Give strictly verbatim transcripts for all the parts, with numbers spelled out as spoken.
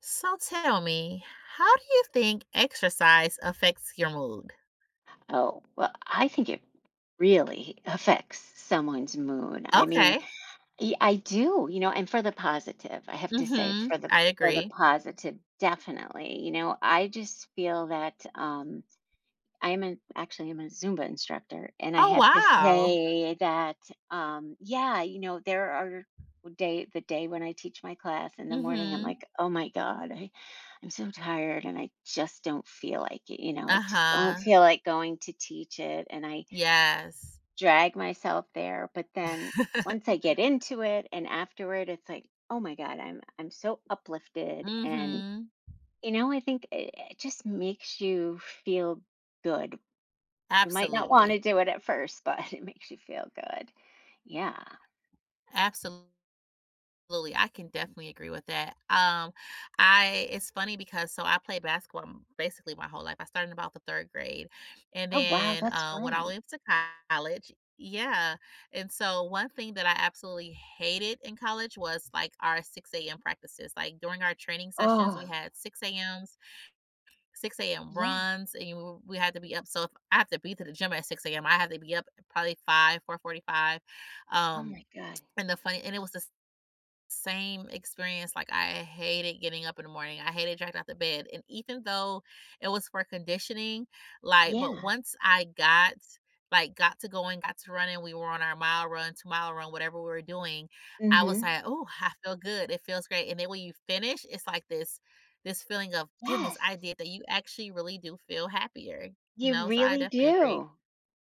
So tell me, how do you think exercise affects your mood? Oh, well, I think it really affects someone's mood. I mean, Okay. y- I do, you know, and for the positive, I have to say, Mhm. for the I for the agree. positive, definitely. You know, I just feel that um, I'm a actually, I'm a Zumba instructor, and I Oh have to wow. say that, um, yeah, you know, there are day the day when I teach my class in the morning, I'm Mhm. like, "Oh my god, I I'm so tired, and I just don't feel like it," you know, I just don't Uh-huh. feel like going to teach it, and I Yes. drag myself there, but then once I get into it and afterward, it's like, "Oh my god, I'm I'm so uplifted," and, Mhm. you know, I think it it just makes you feel good. You might not want to Absolutely. do it at first, but it makes you feel good. Yeah. Absolutely. Absolutely, I can definitely agree with that. Um, I it's funny because so I played basketball m- basically my whole life. I started in about the third grade, and Oh, wow, then that's uh, when I great. went to college, yeah. And so one thing that I absolutely hated in college was like our six a.m. practices. Like during our training sessions, Oh, we had six a.m.s, six a m yeah. runs, and you, we had to be up. So if I have to be to the gym at six a.m., I have to be up probably five, four forty-five. Oh my Um, god. and the funny and it was the same experience, like, I hated getting up in the morning, I hated dragged out the bed, and even though it was for conditioning, like but Yeah. once I got like, got to going, got to running, we were on our mile run, two mile run, whatever we were doing, I was Mhm. like, "Oh, I feel good, it feels great," and then when you finish, it's like this this feeling of, "Goodness, Yes. I did that." You actually really do feel happier, you You know? So I really definitely agree. do.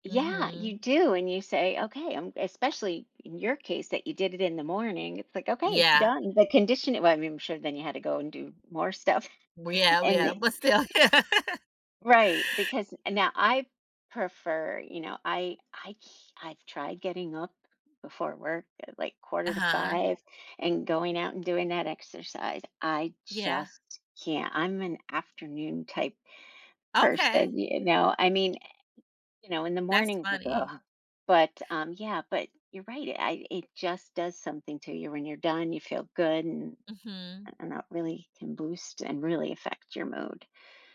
Yeah, Mhm. you do, and you say, "Okay, I'm" especially in your case that you did it in the morning, it's like, "Okay, it's Yeah. done." The condition well, I mean, I'm sure then you had to go and do more stuff, Yeah, and yeah, the but still. Yeah. right, because now I prefer, you know, I I c- I've tried getting up before work at like quarter to Uh-huh. five and going out and doing that exercise. I Yeah. just can't. I'm an afternoon type Okay. person, you know. I mean, you know, in the That's mornings like, funny. oh, but um, yeah, but you're right. I it just does something to you when you're done. You feel good, and Mhm. and that really can boost and really affect your mood.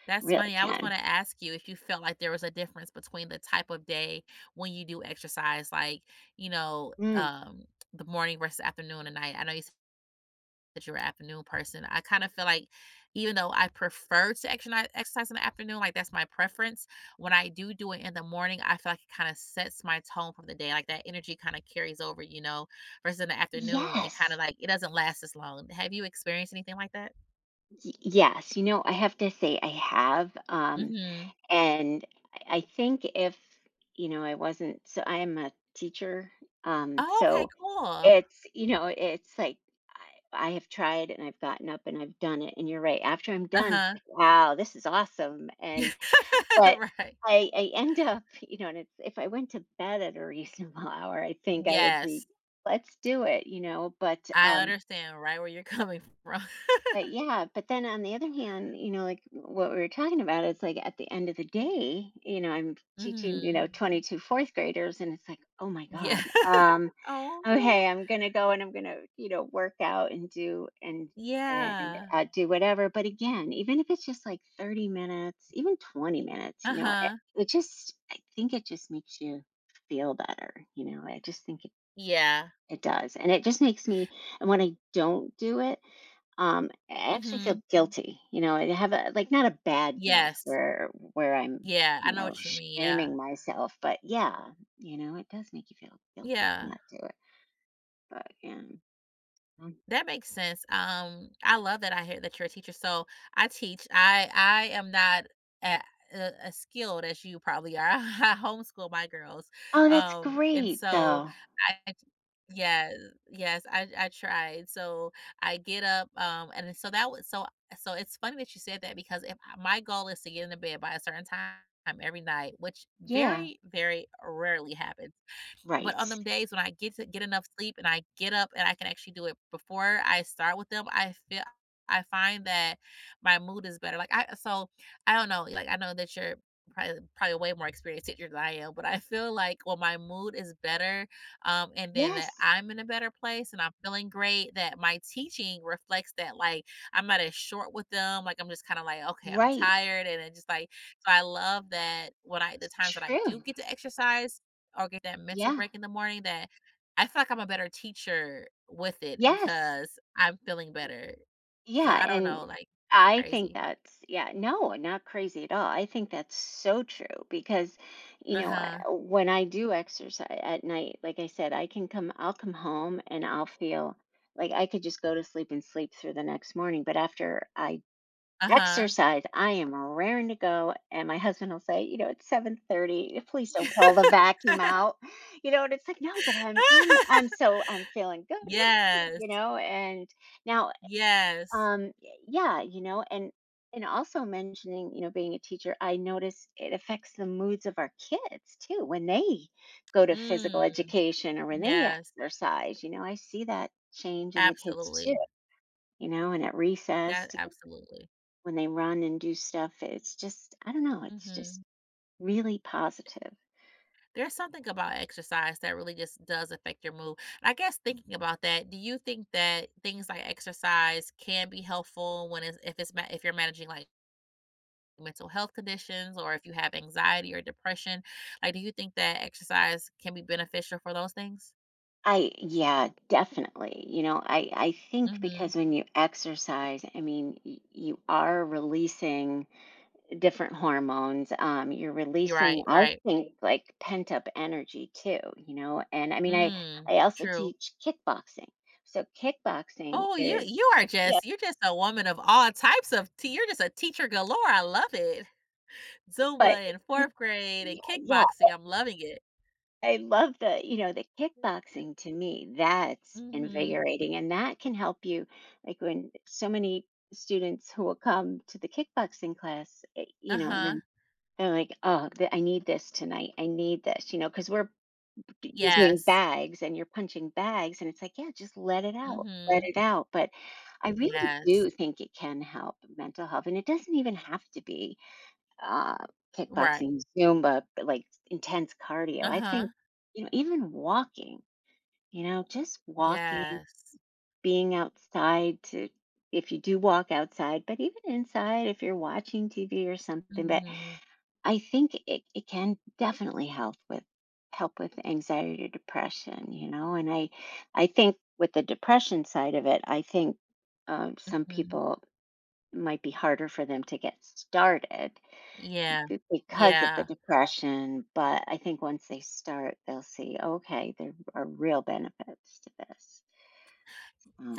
That's Really funny. I was can. gonna ask you if you felt like there was a difference between the type of day when you do exercise, like, you know, Mm. um, the morning versus afternoon and night. I know you said that you're an afternoon person. I kind of feel like even though I prefer to exercise exercise in the afternoon, like that's my preference, when I do do it in the morning, I feel like it kind of sets my tone for the day. Like that energy kind of carries over, you know, versus in the afternoon, it kind Yes. of like it doesn't last as long. Have you experienced anything like that? Y- Yes, you know, I have to say I have. Um, Mhm. And I I think if, you know, I wasn't, so I am a teacher. Um, Oh, okay, So cool. it's, you know, it's like I, I have tried and I've gotten up and I've done it. And you're right. After I'm done, it's Uh-huh. like, wow, this is awesome. And, but Right. I, I end up, you know, and it's, if I went to bed at a reasonable hour, I think I would Yes, be, let's do it, you know, but, I um, understand right where you're coming from. but yeah, but then on the other hand, you know, like what we were talking about, it's like at the end of the day, you know, I'm teaching, you know, Mhm. twenty-two fourth graders, and it's like, oh my Yeah. God, um, Oh, okay, I'm gonna go and I'm gonna, you know, work out and do and and yeah. uh, do whatever. But again, even if it's just like thirty minutes, even twenty minutes, you know, it, Uh-huh. it just, I think it just makes you feel better, you know, I just think it, Yeah. it does, and it just makes me, and when I don't do it um I actually feel Mhm. guilty, you know. I have a like not a bad guilt Yes. where where I'm, Yeah, I you know know, what you mean, yeah. shaming myself, but yeah, you know, it does make you feel guilty to Yeah. not do it, but yeah. Mm. That makes sense. Um, I love that I hear that you're a teacher. So I teach. I I am not a, a, a skilled as you probably are. I homeschool my girls, Oh, that's um, and great so though. I yes yes I I tried. So I get up, um, and so that was so so it's funny that you said that because if uh, my goal is to get into bed by a certain time every night, which Yeah. very very rarely happens but on Right. them days when I get to get enough sleep and I get up and I can actually do it before I start with them, I feel I find that my mood is better. Like I so I don't know, like I know that you're probably probably way more experienced teacher than I am, but I feel like when my mood is better, um, and then that Yes. I'm in a better place and I'm feeling great, that my teaching reflects that like I'm not as short with them. Like I'm just kind of like, okay, I'm Right. tired. And it just like so I love that when I the It's times that I true. do get to exercise or get that mental Yeah. break in the morning that I feel like I'm a better teacher with it Yes. because I'm feeling better. So Yeah, I don't and know, like it's I think crazy. that's yeah, no, not crazy at all. I think that's so true because, you know, Uh-huh. I- when I do exercise at night, like I said, I can come, I'll come home and I'll feel like I could just go to sleep and sleep through the next morning. But after I Uh-huh. exercise, I am raring to go. And my husband will say, you know, it's seven thirty. Please don't pull the vacuum out. You know, and it's like, no, but I'm I'm I'm so I'm feeling good. Woo. You Yes. know, and now Yes. um y- yeah, you know, and and also mentioning, you know, being a teacher, I notice it affects the moods of our kids too when they go to physical Mm. education or when they Yes. exercise. You know, I see that change in the kids too, Absolutely. you know, and at recess That to, absolutely. when they run and do stuff, it's just, I don't know, it's just Mhm. really positive. There's something about exercise that really just does affect your mood. And I guess thinking about that, do you think that things like exercise can be helpful when it's if it's ma- if you're managing like mental health conditions or if you have anxiety or depression? Like, do you think that exercise can be beneficial for those things? I Yeah, definitely, you know. I i think Mhm. because when you exercise, I mean, y- you are releasing different hormones. Um, you're You're releasing, right, I right. think, like pent up energy too, you know. And I mean, I Mm, I also true. teach kickboxing, so kickboxing Oh, you is you are yeah, just you're just a woman of all types of t you're just a teacher galore, I love it. but Zumba and it's- fourth grade yeah, and yeah, kickboxing, I'm loving it. I love the, you know, the kickboxing to me, that's Mhm. invigorating, and that can help you like when so many students who will come to the kickboxing class, eh, you know, and Uh-huh. then they're like, oh, th- I need this tonight. I need this, you know, because we're using Yes. bags and you're punching bags, and it's like, "Yeah, just let it Mm. out, let Mhm. it out," but I really Yes. do think it can help mental health, and it doesn't even have to be, uh, Right. kickboxing, Zumba, but, like, intense cardio. I Uh-huh. think, you know, even walking, you know, just walking, Yes. being outside to if you do walk outside, but even inside if you're watching T V or something, but Mhm, I think it, it can definitely help with help with anxiety or depression, you know. And I I think with the depression side of it, I think um, some mhm. people might be harder for them to get started Yeah. be- because of the Yeah. depression. But I think once they start, they'll see okay, there are real benefits to this.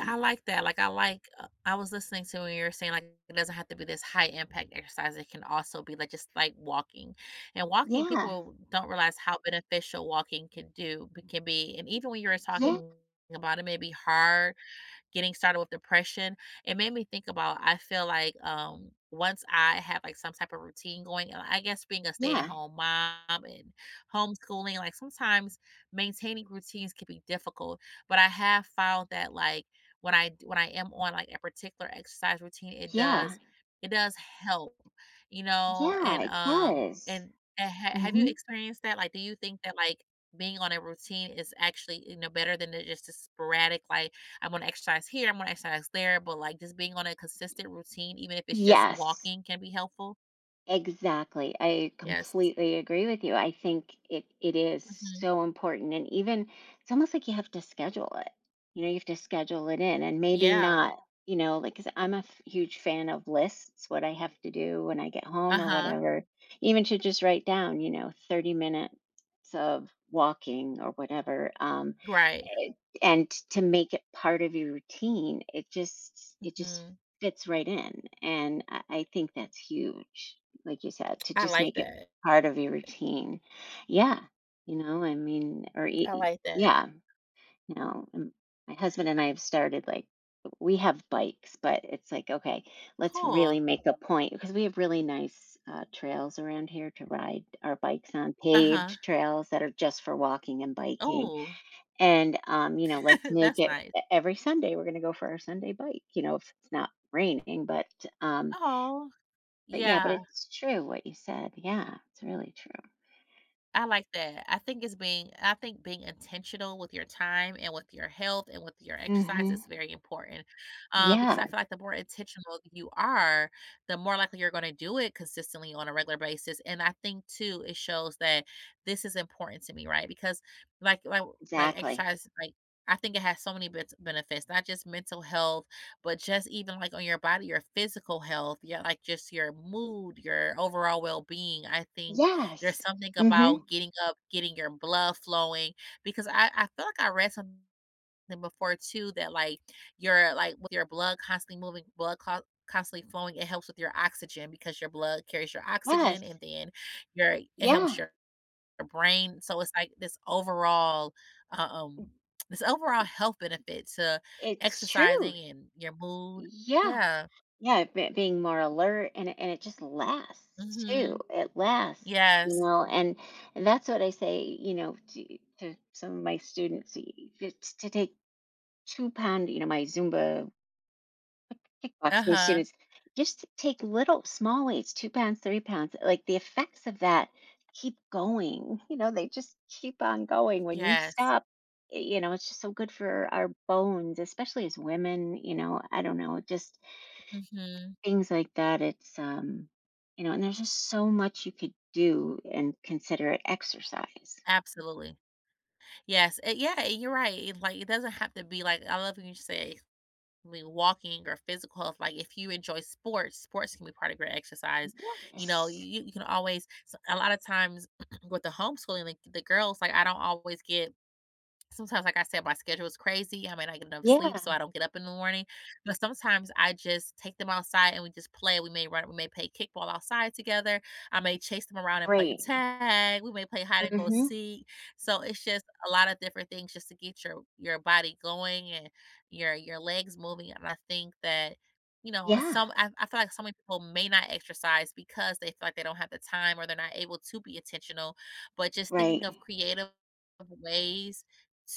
I like that. Like, I like, uh, I was listening to when you were saying, like, it doesn't have to be this high impact exercise. It can also be like just like walking. And walking, yeah, people don't realize how beneficial walking can do, can be. And even when you were yeah, talking about it, may be hard getting started with depression, it made me think about I feel like um once I have like some type of routine going, and I guess being a yeah, stay-at-home mom and homeschooling, like sometimes maintaining routines can be difficult. But I have found that like when I when I am on like a particular exercise routine, it yeah, does it does help, you know, yeah. and It um does. and and ha- have you Hmm. experienced that? Like, do you think that like being on a routine is actually you know better than the- just a sporadic like I'm going to exercise here. I'm going to exercise there. But like just being on a consistent routine, even if it's just Yes. walking, can be helpful. Exactly. I Yes. completely agree with you. I think it it is Hmm. so important and even it's almost like you have to schedule it. You know, you have to schedule it in and maybe Yeah. not, you know, like 'cause I'm a f- huge fan of lists, what I have to do when I get home Uh or huh. whatever, even to just write down, you know, thirty minutes of walking or whatever. Um Right. it- and to make it part of your routine it just it just Hmm. fits right in and i I think that's huge, like you said, to I just like make it that. part of your routine. Yeah, you know, I mean, or e- I e- like that. yeah, you know, um, my husband and I have started like we have bikes, but it's like, okay, let's really Cool. make a point because we have really nice uh, trails around here to ride our bikes on, Uh huh. paved trails that are just for walking and biking, Oh, and um, you know, let's make that's it nice. e- every Sunday. We're going to go for our Sunday bike. You know, if it's not raining, but um, Oh, but yeah, but yeah. it's true what you said. Yeah, it's really true. I like that. I think it's being I think being intentional with your time and with your health and with your exercise Hmm. is very important, um, because Yeah, I feel like the more intentional you are, the more likely you're going to do it consistently on a regular basis. And I think too, it shows that this is important to me, right? Because like like like exactly. exercise, like I think it has so many bits benefits, not just mental health, but just even like on your body, your physical health, yeah, like just your mood, your overall well being. I think there's Yes. something Hmm. about getting up, getting your blood flowing because I I feel like I read something before too that like your like with your blood constantly moving, blood co- constantly flowing, it helps with your oxygen because your blood carries your Yes. oxygen and then your it helps Yeah, your your brain. So it's like this overall uh, um this overall health benefit to it's true. exercising and your mood. Yeah, Yeah. yeah. be- Being more alert and it- and it just lasts too. Mhm. It lasts. You Yes. know, and, and that's what I say, you know, to, to some of my students y- y- to to take two pound, you know, my Zumba kickboxing Uh-huh. students, just take little small weights, two pounds, three pounds, like the effects of that keep going. You know, they just keep on going. When you Yes. stop, y- you know, it's just so good for our bones, especially as women, you know, I don't know, just Mhm. things like that. It's um, you know, and there's just so much you could do and consider it exercise. Absolutely. Yes, eh, yeah, you're right, It, like, it doesn't have to be, like I love when you say, "I mean, walking or physical health, like, if you enjoy sports, sports can be part of your exercise, you know, Yes. you you can always s a lot of times with the homeschooling, like, the girls, like, I don't always get sometimes, like I said, my schedule is crazy. I may not get enough sleep, so Yeah. I don't get up in the morning. But sometimes I just take them outside and we just play. We may run, we may play kickball outside together. I may chase them around and play Right. tag. We may play hide and go Mm-hmm. seek. So it's just a lot of different things just to get your your body going and your your legs moving. And I think that you know Yeah. some I, I feel like so many people may not exercise because they feel like they don't have the time or they're not able to be intentional. But just Right. thinking of creative ways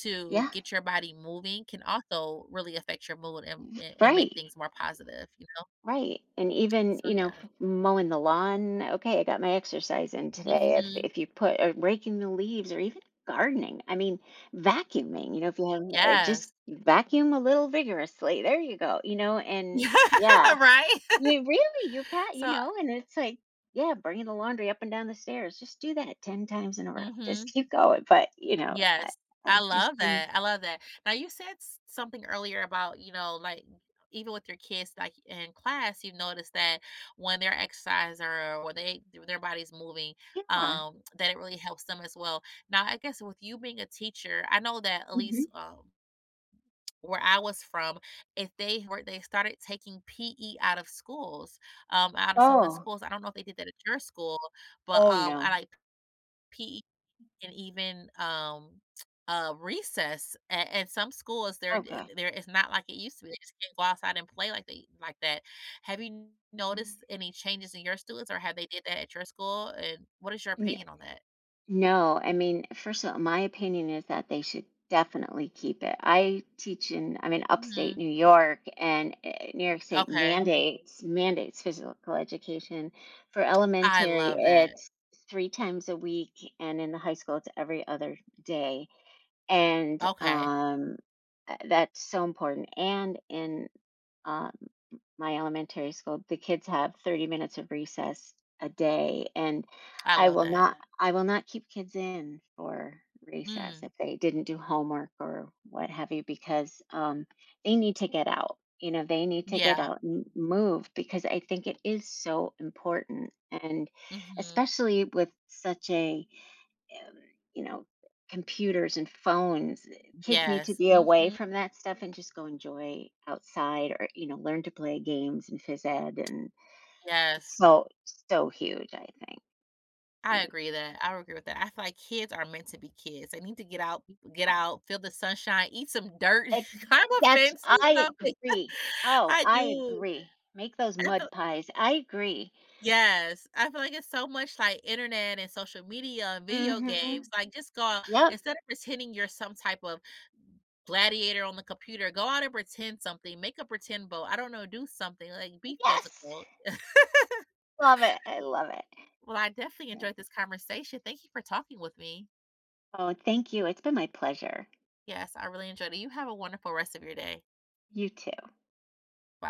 to Yeah. get your body moving can also really affect your mood and and and make Right. things more positive, you know? Right. And even, So, you know, yeah. f- mowing the lawn, okay, I got my exercise in today. If Mhm. if you put or raking the leaves or even gardening, I mean, vacuuming, you know, if you have uh, just Yes. vacuum a little vigorously. There you go. You know, and Yeah, yeah, right? you really you can, you So know, and it's like, yeah, bringing the laundry up and down the stairs. Just do that ten times in a row. Just mhm. keep going. But, you know, I, Yes. I I just love think, that, I love that. Now you said s something earlier about, you know, like, even with your kids, like, in class, you notice that when they're exercising or when they their body's moving, yeah. um, that it really helps them as well. Now, I guess with you being a teacher, I know that at Mhm. least, um, where I was from, if they were they started taking P E out of schools, um, out of some of the Oh, schools. I don't know if they did that at your school, but oh um, I no. like P E and even um, uh, recess. And, and some schools there Oh it- God. there it's not like it used to be. They just can't go outside and play like they like that. Have you noticed any changes in your students, or have they did that at your school? And what is your opinion on that? No, I mean, first of all, my opinion is that they should definitely keep it. I teach in, I'm in upstate Mhm. New York, and uh, New York State Okay, mandates mandates physical education. For I elementary, love that. it's three times a week, and in the high school, it's every other day. And Okay, um, uh, that's so important. And in uh, my elementary school, the kids have thirty minutes of recess a day, and I I love will that. not I will not keep kids in for recess Mm. if they didn't do homework or what have you, because um they need to get out. You know, they need to get Yeah. out and move because I think it is so important, and Hmm. especially with such a um, you know, computers and phones. eh, Kids need to Yes. be away Mhm. from that stuff and just go enjoy outside or, you know, learn to play games and phys ed. And it's Yes. so, so huge, I think. I Huge. agree that I agree with that. I feel like kids are meant to be kids. They need to get out, get Yes. out, feel the sunshine, eat some dirt, ex- climb a That's, fence or I something. agree. Oh, I I do. agree. Make those I feel mud pies. I agree. yes. I feel like it's so much like internet and social media and video Mm-hmm. games. Like just go out Yep. instead of pretending you're some type of gladiator on the computer, go out and pretend something, make a pretend boat. I don't know, do something, like be Yes. physical. Love it. I love it. Well, I definitely So, enjoyed this conversation. Thank you for talking with me. oh, thank you. It's been my pleasure. Yes, I really enjoyed it. You have a wonderful rest of your day. You too.